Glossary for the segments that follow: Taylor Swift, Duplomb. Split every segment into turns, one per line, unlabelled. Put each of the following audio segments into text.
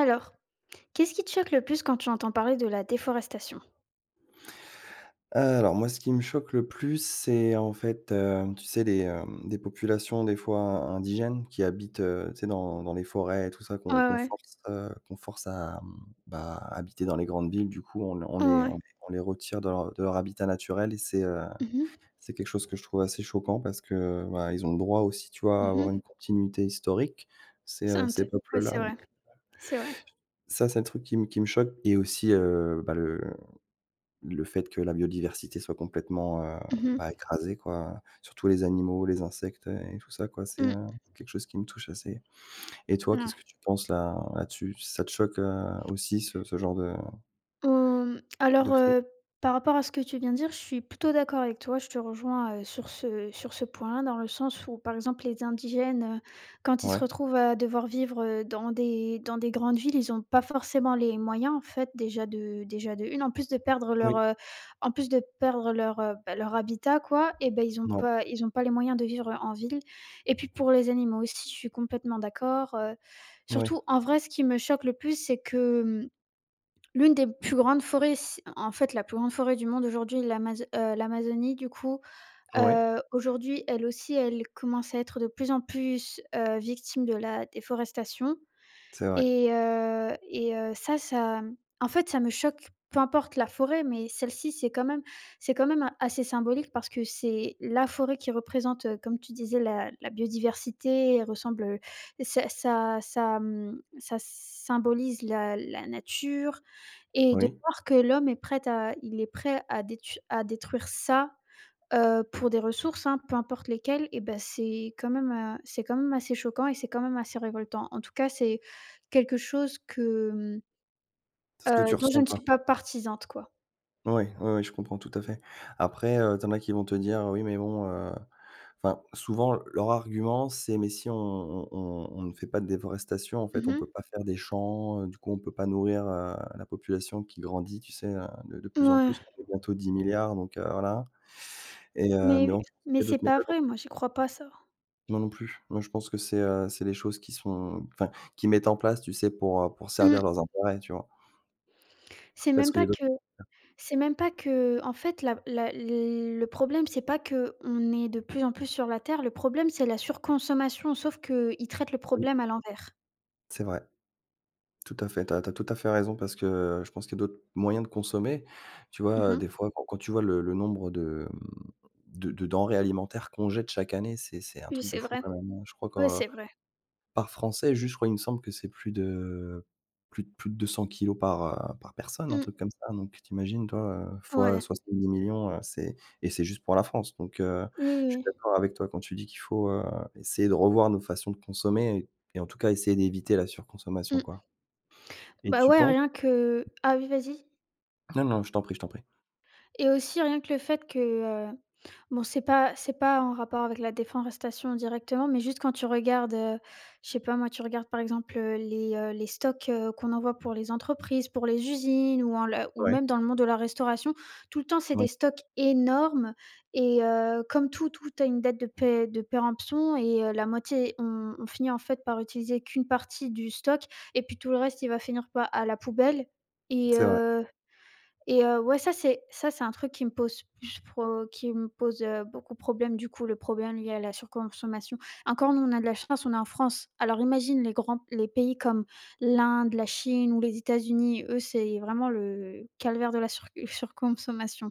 Alors, qu'est-ce qui te choque le plus quand tu entends parler de la déforestation?
Alors moi, ce qui me choque le plus, c'est tu sais, des populations des fois indigènes qui habitent, tu sais, dans les forêts et tout ça
Ouais,
qu'on
ouais.
force, qu'on force à, habiter dans les grandes villes. Du coup,
Ouais, ouais.
on les retire de leur habitat naturel et
Mmh mh.
c'est quelque chose que je trouve assez choquant parce que, bah, ils ont le droit aussi, tu vois, à avoir
Mmh.
une continuité historique,
C'est int
ces
Ouais, c'est
peuples-là. Donc
vrai, c'est vrai.
ça, c'est le truc qui me choque. Et aussi, le fait que la biodiversité soit
Mmh mh.
écrasée, quoi, surtout les animaux, les insectes, et tout ça, quoi.
Mmh.
Quelque chose qui me touche assez. Et toi, qu'est-ce
Ouais.
que tu penses là là-dessus? Ça te choque, aussi ce genre de
Alors,
fait?
par rapport à ce que tu viens de dire, je suis plutôt d'accord avec toi. Je te rejoins, sur ce point-là, dans le sens où, par exemple, les indigènes, quand ils se
Ouais.
retrouvent à devoir vivre, dans des grandes villes, ils n'ont pas forcément les moyens, en fait, déjà de une en plus de perdre leur,
Oui.
en plus de perdre leur, bah, leur habitat, quoi, et ben,
Ouais.
ils ont pas les moyens de vivre en ville, et puis pour les animaux aussi, je suis complètement d'accord.
Ouais.
Surtout, en vrai, ce qui me choque le plus, c'est que L'une des plus grandes forêts s en fait, la plus grande forêt du monde aujourd'hui, l'Amazonie, du coup,
Ouais.
aujourd'hui, elle aussi, elle commence à être de plus en plus, victime de la déforestation.
C'est vrai.
Ça, en fait, ça me choque, peu importe la forêt. Mais celle-ci, c'est quand même a assez symbolique, parce que c'est la forêt qui représente, comme tu disais, la biodiversité. Elle ressemble, ça ça ça, mmh, Ça symbolise la nature, et de
Oui.
voir que l'homme est prêt à détu à détruire ça. Pour des ressources, hein, peu importe lesquelles, et ben c'est quand même assez choquant et c'est quand même assez révoltant. En tout cas, c'est quelque chose mmh,
C'est ce que tu
dont je
ressens,
ne suis
quoi.
pas partisane, quoi.
Oui, ouais, je comprends tout à fait. Après, tu as qui vont te dire: «Oui mais bon, enfin, souvent leur argument, c'est: mais si on ne fait pas de déforestation, en
Mmh
fait, on
mh.
peut pas faire des champs, du coup, on peut pas nourrir, la population qui grandit», tu sais, de plus en plus. On est bientôt 10 milliards, donc voilà. Et
mais
mais bon, je pense qu'il
mais
y a
c'est
d'autres
pas
méthodes, en
vrai,
fait.
moi, j'y crois pas, ça.
Moi non plus. Moi, je pense que c'est les choses qui sont, enfin, qui mettent en place, tu sais, pour
Mmh.
servir leurs intérêts, tu vois?
C'est
Parce
même
qu'il y
pas
a d'autres.
que c'est même pas que en fait, la la le problème, c'est pas que on est de plus en plus sur la terre. Le problème, c'est la surconsommation, sauf que ils traitent le
Oui,
problème à l'envers.
c'est vrai. Tout à fait, tu as tout à fait raison parce que, je pense qu'il y a d'autres moyens de consommer. Tu vois,
Mmh.
des fois quand quand tu vois le nombre de, de denrées alimentaires qu'on jette chaque année, c'est un
Oui,
truc de
c'est
fou
vrai.
quand même, hein. Je crois
Ouais,
qu'en
c'est vrai.
par Français, juste, je crois, il me semble que c'est plus de 200 kilos par, par personne, un
Mmh.
truc comme ça. Donc tu toi, fois
Ouais.
70 000 000, c'est. Et c'est juste pour la France. Donc
Oui,
je suis
oui.
d'accord avec toi quand tu dis qu'il faut, essayer de revoir nos façons de consommer et en tout cas essayer d'éviter la surconsommation,
Mmh.
quoi. Et
Bah,
tu
ouais,
penses.
rien que, ah oui, vas-y.
Non, non, je t'en prie, je t'en prie.
Et aussi rien que le fait que, bon, c'est pas en rapport avec la déforestation directement, mais juste quand tu regardes, je sais pas, moi, tu regardes par exemple, les stocks, qu'on envoie pour les entreprises, pour les usines, ou en la ou
Ouais.
même dans le monde de la restauration. Tout le temps, c'est des
Oui,
stocks énormes, et comme tout a une date de pé de péremption, et la moitié, on finit en fait par utiliser qu'une partie du stock, et puis tout le reste il va finir pas à la poubelle. et
c'est vrai.
heu ouais, ça c'est un truc qui me pose, beaucoup de problèmes, du coup, le problème lié à la surconsommation. Encore nous, on a de la chance, on est en France. Alors imagine les pays comme l'Inde, la Chine ou les États-Unis. Eux, c'est vraiment le calvaire de la sur surconsommation.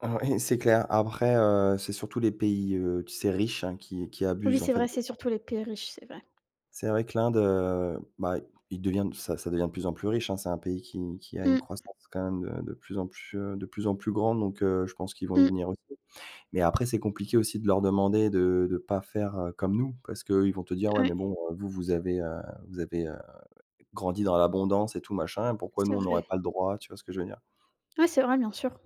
Ah oui, c'est clair. Après, c'est surtout les pays, tu sais, riches, hein, qui
Oui,
abusent, en
c'est
fait,
vrai,
de
c'est
ça.
surtout les pays riches, c'est vrai.
C'est vrai que l'Inde, il devient, ça ça devient de plus en plus riche, hein. C'est un pays qui a une
Mmh,
croissance quand même de de plus en plus grande, donc je pense qu'ils vont y
mmh,
venir aussi. Mais après, c'est compliqué aussi de leur demander de pas faire, comme nous, parce qu'eux, ils vont te dire: «Ouais, mais
ouais,
bon, vous, vous avez, grandi dans l'abondance et tout machin, pourquoi
c'est
nous, on n'aurait
vrai.
pas le droit?» Tu vois ce que je veux dire?
Ouais, c'est vrai, bien sûr.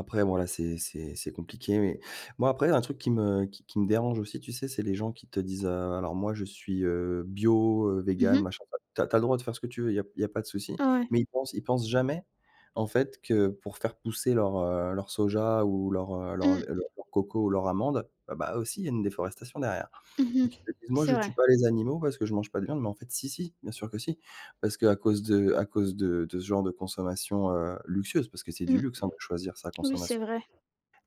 Après voilà, c'est compliqué, mais moi après un truc qui me dérange aussi, tu sais, c'est les gens qui te disent: alors moi je suis, bio, végane,
Mmh.
machin». Enfin, tu as le droit de faire ce que tu veux, il y a y a pas de souci,
Ouais.
mais ils pensent jamais, en fait, que pour faire pousser leur, leur soja ou leur,
Mmh.
leur coco ou leur amande, bah aussi il y a une déforestation derrière.
Mmh.
Donc ils te disent: «Moi
C'est
je tue
vrai.
pas les animaux parce que je mange pas de viande», mais en fait si, si, bien sûr que si. Parce que à cause de ce genre de consommation, luxueuse, parce que c'est du
Mmh.
luxe, hein, de choisir sa
Oui, c'est
consommation,
vrai,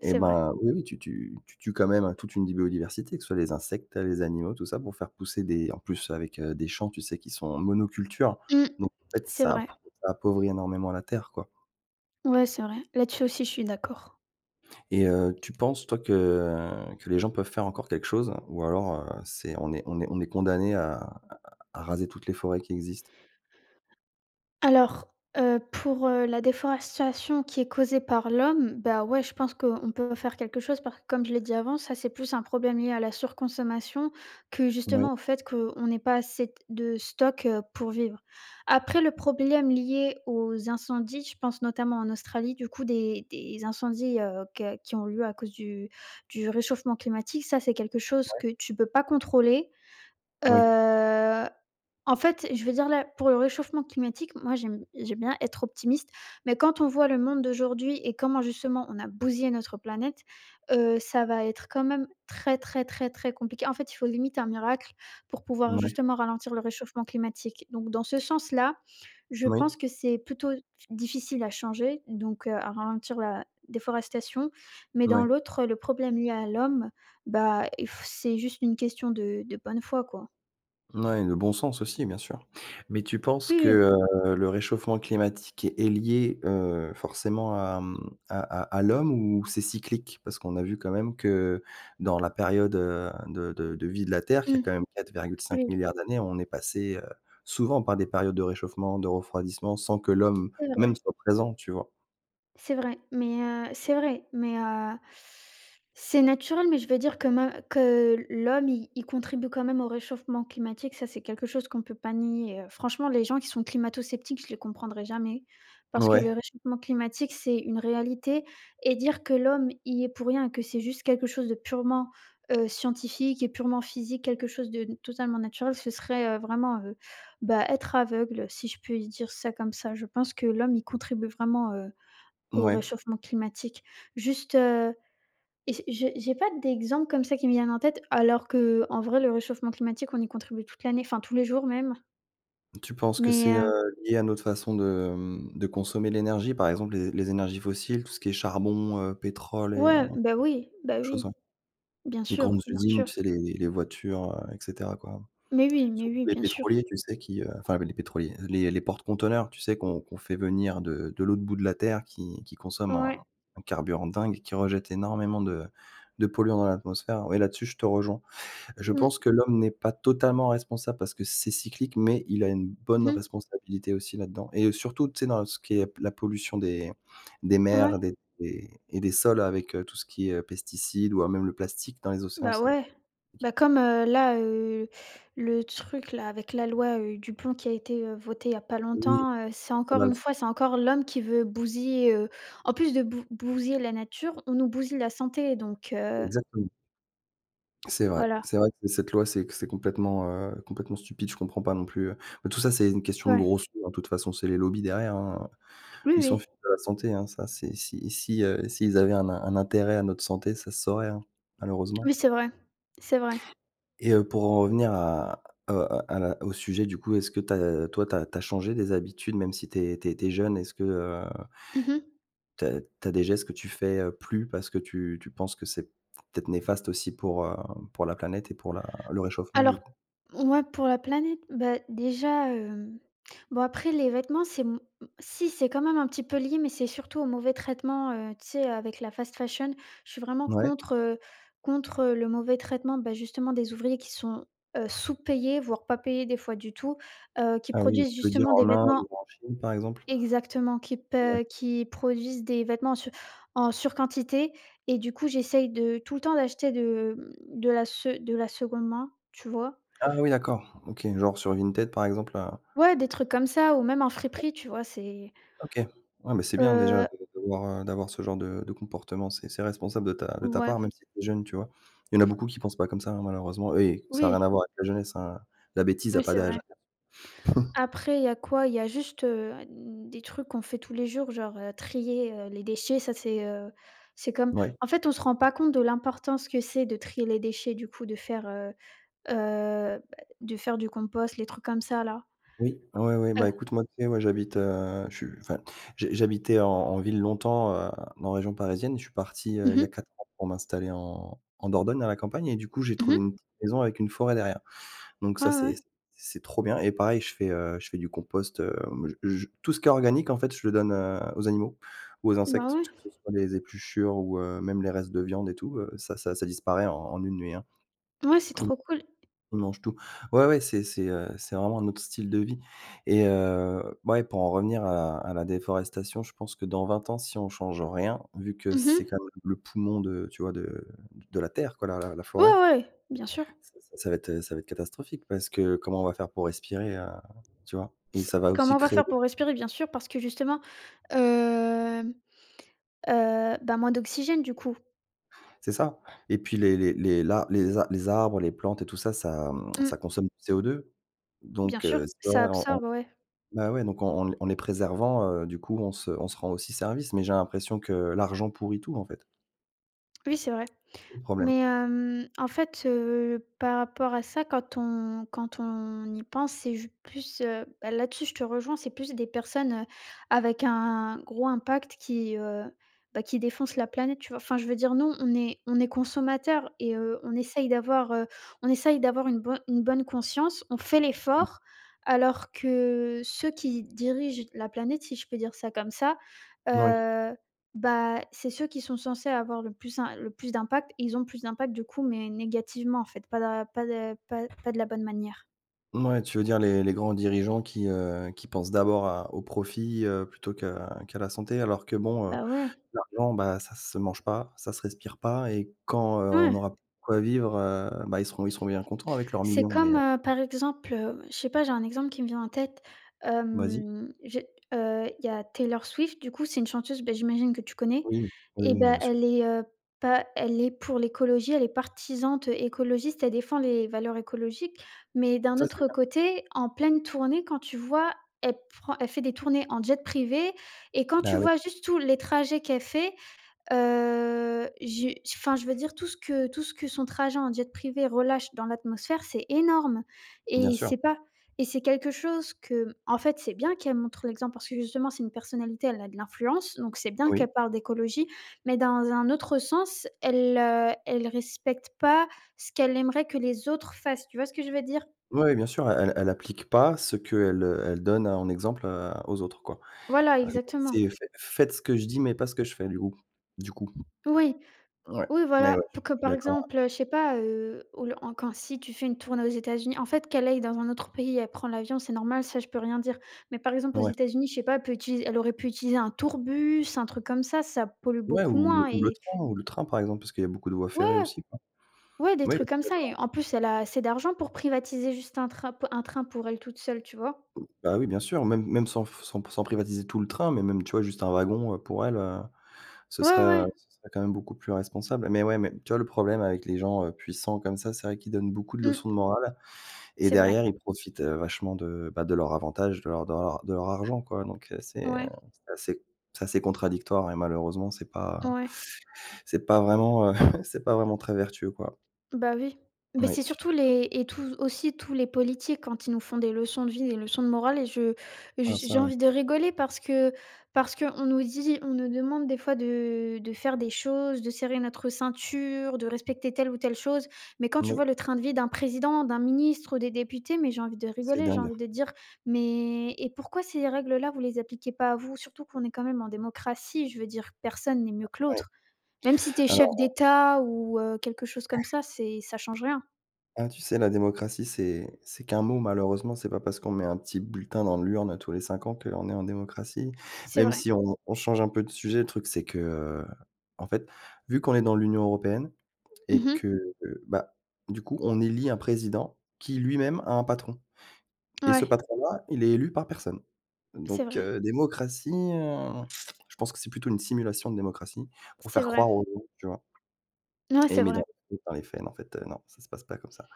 et
c'est vrai.
ben, oui, oui, tu tues quand même, hein, toute une biodiversité, que ce soit les insectes, les animaux, tout ça, pour faire pousser des, en plus avec, des champs, tu sais, qui sont monoculture,
Mmh.
donc en fait,
C'est vrai.
ça appauvrit énormément la terre, quoi.
Ouais, c'est vrai. Là-dessus aussi, je suis d'accord.
Et tu penses, toi, que les gens peuvent faire encore quelque chose ou alors, c'est, on est condamné à à raser toutes les forêts qui existent?
Alors, pour, la déforestation qui est causée par l'homme, bah, ouais, je pense qu'on peut faire quelque chose, parce que comme je l'ai dit avant, ça, c'est plus un problème lié à la surconsommation que
Oui,
justement au fait qu'on n'ait pas assez de stock, pour vivre. Après, le problème lié aux incendies, je pense notamment en Australie, du coup, des incendies, que qui ont lieu à cause du réchauffement climatique, ça, c'est quelque chose
oui.
que tu peux pas contrôler.
Oui,
Heu, En fait, je veux dire, là, pour le réchauffement climatique, moi, j'aime bien être optimiste, mais quand on voit le monde d'aujourd'hui, et comment justement on a bousillé notre planète, ça va être quand même très, très, très, très compliqué. En fait, il faut limite un miracle pour pouvoir
ouais,
justement ralentir le réchauffement climatique. Donc dans ce sens-là, je
oui,
pense que c'est plutôt difficile à changer, donc à ralentir la déforestation, mais dans
oui.
l'autre, le problème lié à l'homme, bah, il f c'est juste une question de bonne foi, quoi.
Ouais, le bon sens aussi, bien sûr. Mais tu penses
Oui, oui.
que, le réchauffement climatique est lié, forcément à, à l'homme, ou c'est cyclique? Parce qu'on a vu quand même que dans la période, de vie de la Terre, qui a
Mmh.
quand même quatre virgule cinq
Oui,
milliards d'années, on est passé, souvent par des périodes de réchauffement, de refroidissement sans que l'homme
c'est
même
vrai.
soit présent, tu vois?
C'est vrai, mais c'est naturel, mais je veux dire que l'homme, il contribue quand même au réchauffement climatique. Ça, c'est quelque chose qu'on peut pas nier. Franchement, les gens qui sont climato-sceptiques, je les comprendrai jamais, parce que le
Ouais,
réchauffement climatique, c'est une réalité, et dire que l'homme y est pour rien, que c'est juste quelque chose de purement, scientifique et purement physique, quelque chose de totalement naturel, ce serait, vraiment, bah, être aveugle, si je peux dire ça comme ça. Je pense que l'homme, il contribue vraiment, au
ouais.
réchauffement climatique. Juste, et j'ai pas d'exemple comme ça qui me viennent en tête, alors qu'en vrai le réchauffement climatique, on y contribue toute l'année, enfin tous les jours même.
Tu penses que
Mais,
c'est,
heu
heu, lié à notre façon de, de consommer l'énergie? Par exemple, les énergies fossiles, tout ce qui est charbon, pétrole.
ouais, bah
Chose,
oui,
ouais.
bien
Les
sûr,
grandes
bien
usines,
sûr.
tu sais, les voitures, et cetera, quoi.
Mais
Surtout
oui,
les
bien sûr.
pétroliers, tu sais, qui, enfin, les pétroliers, les porte-conteneurs, tu sais, qu'on fait venir de l'autre bout de la terre qui consomment
Ouais.
un carburant dingue, qui rejette énormément de polluants dans l'atmosphère. Ouais, là-dessus, je te rejoins. Je
Mmh.
pense que l'homme n'est pas totalement responsable parce que c'est cyclique, mais il a une bonne
Mmh mh.
responsabilité aussi là-dedans et surtout, tu sais, dans ce qui est la pollution des
Ouais.
mers, des et des sols avec, tout ce qui est, pesticides ou, même le plastique dans les océans,
Bah
c'est.
ouais. Bah comme, là, le truc là avec la loi, Duplomb, qui a été, votée il y a pas
Oui,
longtemps, c'est
un
encore une
scandale, ça.
fois, c'est encore l'homme qui veut bousiller, en plus de bousiller la nature, on nous bousille la santé, donc
Exactement.
voilà.
C'est vrai que cette loi, c'est complètement, complètement stupide, je comprends pas non plus, Mais tout ça, c'est une question de
Ouais.
gros sous, hein, de toute façon, c'est les lobbies derrière, hein.
Oui,
Ils s'en
oui.
fichent de la santé, hein, ça, c'est si si, s'ils avaient un intérêt à notre santé, ça se saurait, hein, malheureusement.
Oui, c'est vrai. C'est vrai.
Et pour en revenir à la au sujet, du coup, est-ce que tu as toi, tu as changé des habitudes même si tu es jeune? Est-ce que,
Mmh.
tu as des gestes que tu fais, plus parce que tu penses que c'est peut-être néfaste aussi pour la planète et pour la le réchauffement, du
Alors,
coup?
ouais, pour la planète, bah, déjà, bon, après les vêtements, c'est m si c'est quand même un petit peu lié, mais c'est surtout au mauvais traitement, tu sais, avec la fast fashion. Je suis vraiment
Ouais.
contre, contre le mauvais traitement, bah, justement, des ouvriers qui sont, sous-payés, voire pas payés des fois du tout, qui
Ah oui,
produisent
tu veux dire
justement des
en Inde
vêtements.
ou en Chine, par exemple?
Exactement,
Ouais.
qui produisent des vêtements en sur en surquantité. Et du coup, j'essaye de tout le temps d'acheter de, mmh, de la se de la seconde main, tu vois?
Ah oui, d'accord. OK, genre sur Vinted, par exemple, heu.
Ouais, des trucs comme ça ou même en friperie, tu vois?
OK. Ouais, mais c'est bien déjà
Heu,
de d'avoir, d'avoir ce genre de comportement. C'est responsable de ta
ouais,
part, même si tu es jeune, tu vois? Il y en a beaucoup qui pensent pas comme ça, hein, malheureusement et ça a rien
oui,
à voir avec la jeunesse, hein. La bêtise a
oui,
pas
c'est
d'âge.
vrai. Après, il y a quoi? Il y a juste, des trucs qu'on fait tous les jours, genre, trier, les déchets. Ça c'est comme,
Ouais.
en fait, on se rend pas compte de l'importance que c'est de trier les déchets, du coup, bah, de faire du compost, les trucs comme ça là.
Oui, ouais,
Heu,
bah, écoute, moi, tu sais, ouais, je suis, enfin, j'habitais en en ville longtemps, en région parisienne. Je suis parti,
mmh
il y a
mh,
4 ans pour m'installer en en Dordogne, à la campagne et du coup, j'ai
mmh
trouvé
mh.
une petite maison avec une forêt derrière. Donc
Ouais,
ça, c'est
ouais,
c'est trop bien et pareil, je fais du compost, je tout ce qui est organique, en fait, je le donne, aux animaux ou aux
bah,
insectes,
ouais.
que ce soit les épluchures ou même les restes de viande et tout, ça disparaît en en une nuit, hein.
Ouais, c'est
Ils
trop cool.
ils mangent tout. Ouais, c'est vraiment un autre style de vie. Et ouais, pour en revenir à la déforestation, je pense que dans 20 ans, si on change rien, vu que
Mmh mh.
c'est quand même le poumon de, tu vois, de la terre, quoi, la
Ouais,
forêt,
ouais, bien sûr.
ça va être catastrophique parce que comment on va faire pour respirer, tu vois? Et
C'est,
ça va
comment
aussi
on va
créer.
faire pour respirer? Bien sûr, parce que justement, hem bah, moins d'oxygène, du coup.
C'est ça. Et puis les arbres, les plantes et tout ça, ça,
Mmh,
ça consomme du CO2.
bien
Donc
sûr,
tu
ça
vois, en en
absorbe, ouais.
bah, ouais, donc en les préservant, du coup, on se rend aussi service, mais j'ai l'impression que l'argent pourrit tout, en fait,
Oui, c'est vrai.
c'est le problème.
Mais, en fait, par rapport à ça, quand on y pense, c'est ju plus, bah, là-dessus, je te rejoins, c'est plus des personnes, avec un gros impact qui défoncent la planète, tu vois? Enfin, je veux dire, nous, on est consommateurs, et on essaye d'avoir une bonne conscience, on fait l'effort, alors que ceux qui dirigent la planète, si je peux dire ça comme ça,
Oui.
bah, c'est ceux qui sont censés avoir le plus d'impact, ils ont plus d'impact, du coup, mais négativement, en fait, pas de la bonne manière.
Mouais, tu veux dire les grands dirigeants qui pensent d'abord à au profit, plutôt qu'à qu'à la santé, alors que bon,
Bah, ouais.
l'argent, bah, ça se mange pas, ça se respire pas et quand, on
Ouais.
aura plus de quoi vivre, bah, ils seront bien contents avec leurs
C'est
millions, mais
comme,
heu.
par exemple, je sais pas, j'ai un exemple qui me vient en tête.
Vas-y.
Hem, j'ai Il y a Taylor Swift, du coup, c'est une chanteuse, bah, j'imagine que tu connais,
Oui, oui,
et
oui,
ben
bien sûr.
elle est, pas elle est pour l'écologie, elle est partisante, écologiste, elle défend les valeurs écologiques, mais d'un
Ça, c'est
autre
bien.
côté, en pleine tournée, quand tu vois, elle elle fait des tournées en jet privé, et quand tu
Bah, oui,
vois juste tous les trajets qu'elle fait. J'ai Enfin, je veux dire, tout ce que son trajet en jet privé relâche dans l'atmosphère, c'est énorme,
bien
et
sûr.
c'est pas et c'est quelque chose que, en fait, c'est bien qu'elle montre l'exemple, parce que justement, c'est une personnalité, elle a de l'influence, donc c'est bien
Oui.
qu'elle parle d'écologie, mais dans un autre sens, elle respecte pas ce qu'elle aimerait que les autres fassent. Tu vois ce que je veux dire?
Oui, oui, bien sûr, elle applique pas ce qu'elle, elle donne, hein, en exemple, aux autres, quoi.
Voilà,
Heu,
exactement.
c'est faites ce que je dis, mais pas ce que je fais, du coup.
Oui.
Ouais,
Oui,
mais ouais,
voilà, pour
je
que,
suis
par
d'accord.
exemple, je sais pas, au en quand si tu fais une tournée aux États-Unis, en fait, qu'elle aille dans un autre pays, elle prend l'avion, c'est normal, ça je peux rien dire. Mais par exemple, aux
Ouais.
États-Unis, je sais pas, elle aurait pu utiliser un tourbus, un truc comme ça pollue
Ouais,
beaucoup moins, et
ou le train, par exemple, parce qu'il y a beaucoup de voies ferrées
ouais,
aussi, quoi.
ouais, des
Oui, je
trucs
suis
comme ça, et
d'accord.
en plus, elle a assez d'argent pour privatiser juste un train pour elle toute seule, tu vois?
Bah, oui, bien sûr, même même sans f sans sans privatiser tout le train, mais même, tu vois, juste un wagon, pour elle,
Ouais, ouais,
ce serait quand même beaucoup plus responsable. Mais ouais, mais tu vois, le problème avec les gens, puissants comme ça, c'est vrai qu'ils donnent beaucoup de
mmh,
leçons de morale et
c'est vrai.
derrière, ils profitent, vachement de, bah, de leur avantage, de leur argent, quoi, donc
Ouais,
c'est assez, contradictoire et malheureusement, c'est pas,
ouais.
c'est pas vraiment, c'est pas vraiment très vertueux, quoi.
Bah, oui. Mais
Oui,
c'est
je suis
surtout les, et tous aussi, tous les politiques, quand ils nous font des leçons de vie, des leçons de morale, et je j
d'accord à
j'ai
ça, oui.
envie de rigoler, parce que on nous demande des fois de faire des choses, de serrer notre ceinture, de respecter telle ou telle chose. Mais quand tu
Oui,
vois le train de vie d'un président, d'un ministre ou des députés, mais j'ai envie de
c'est
rigoler, j'ai
dingue.
envie de dire: «Mais et pourquoi ces règles-là, vous les appliquez pas à vous?» Surtout qu'on est quand même en démocratie, je veux dire, personne n'est mieux que
Oui.
l'autre. Même si tu es chef
Alors
d'État ou quelque chose comme ça, c'est ça change rien.
ah, tu sais, la démocratie, c'est qu'un mot, malheureusement. C'est pas parce qu'on met un petit bulletin dans l'urne tous les 5 ans qu'on est en démocratie.
C'est
Même
vrai.
si on on change un peu de sujet, le truc, c'est que, en fait, vu qu'on est dans l'Union européenne
Mmh
et
mh.
que, heu, bah, du coup, on élit un président qui lui-même a un patron et ce
Ouais,
patron-là, il est élu par personne.
c'est
Donc,
vrai,
démocratie, je pense que c'est plutôt une simulation de démocratie pour
c'est
faire
vrai.
croire aux gens, tu vois?
Ouais,
Et
c'est
mais
vrai.
dans les faits, en fait, non, ça se passe pas comme ça.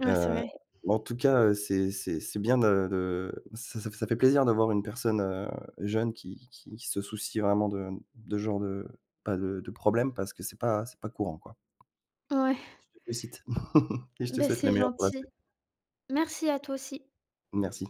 Ouais, c'est
Heu,
vrai.
En tout cas, c'est bien de, ça fait plaisir d'avoir une personne, jeune qui qui se soucie vraiment de ce genre de problème parce que c'est pas, c'est pas courant, quoi.
Ouais,
Je te félicite et je te
bah,
souhaite le
c'est
meilleur pour la
gentil.
suite.
Merci à toi aussi.
Merci.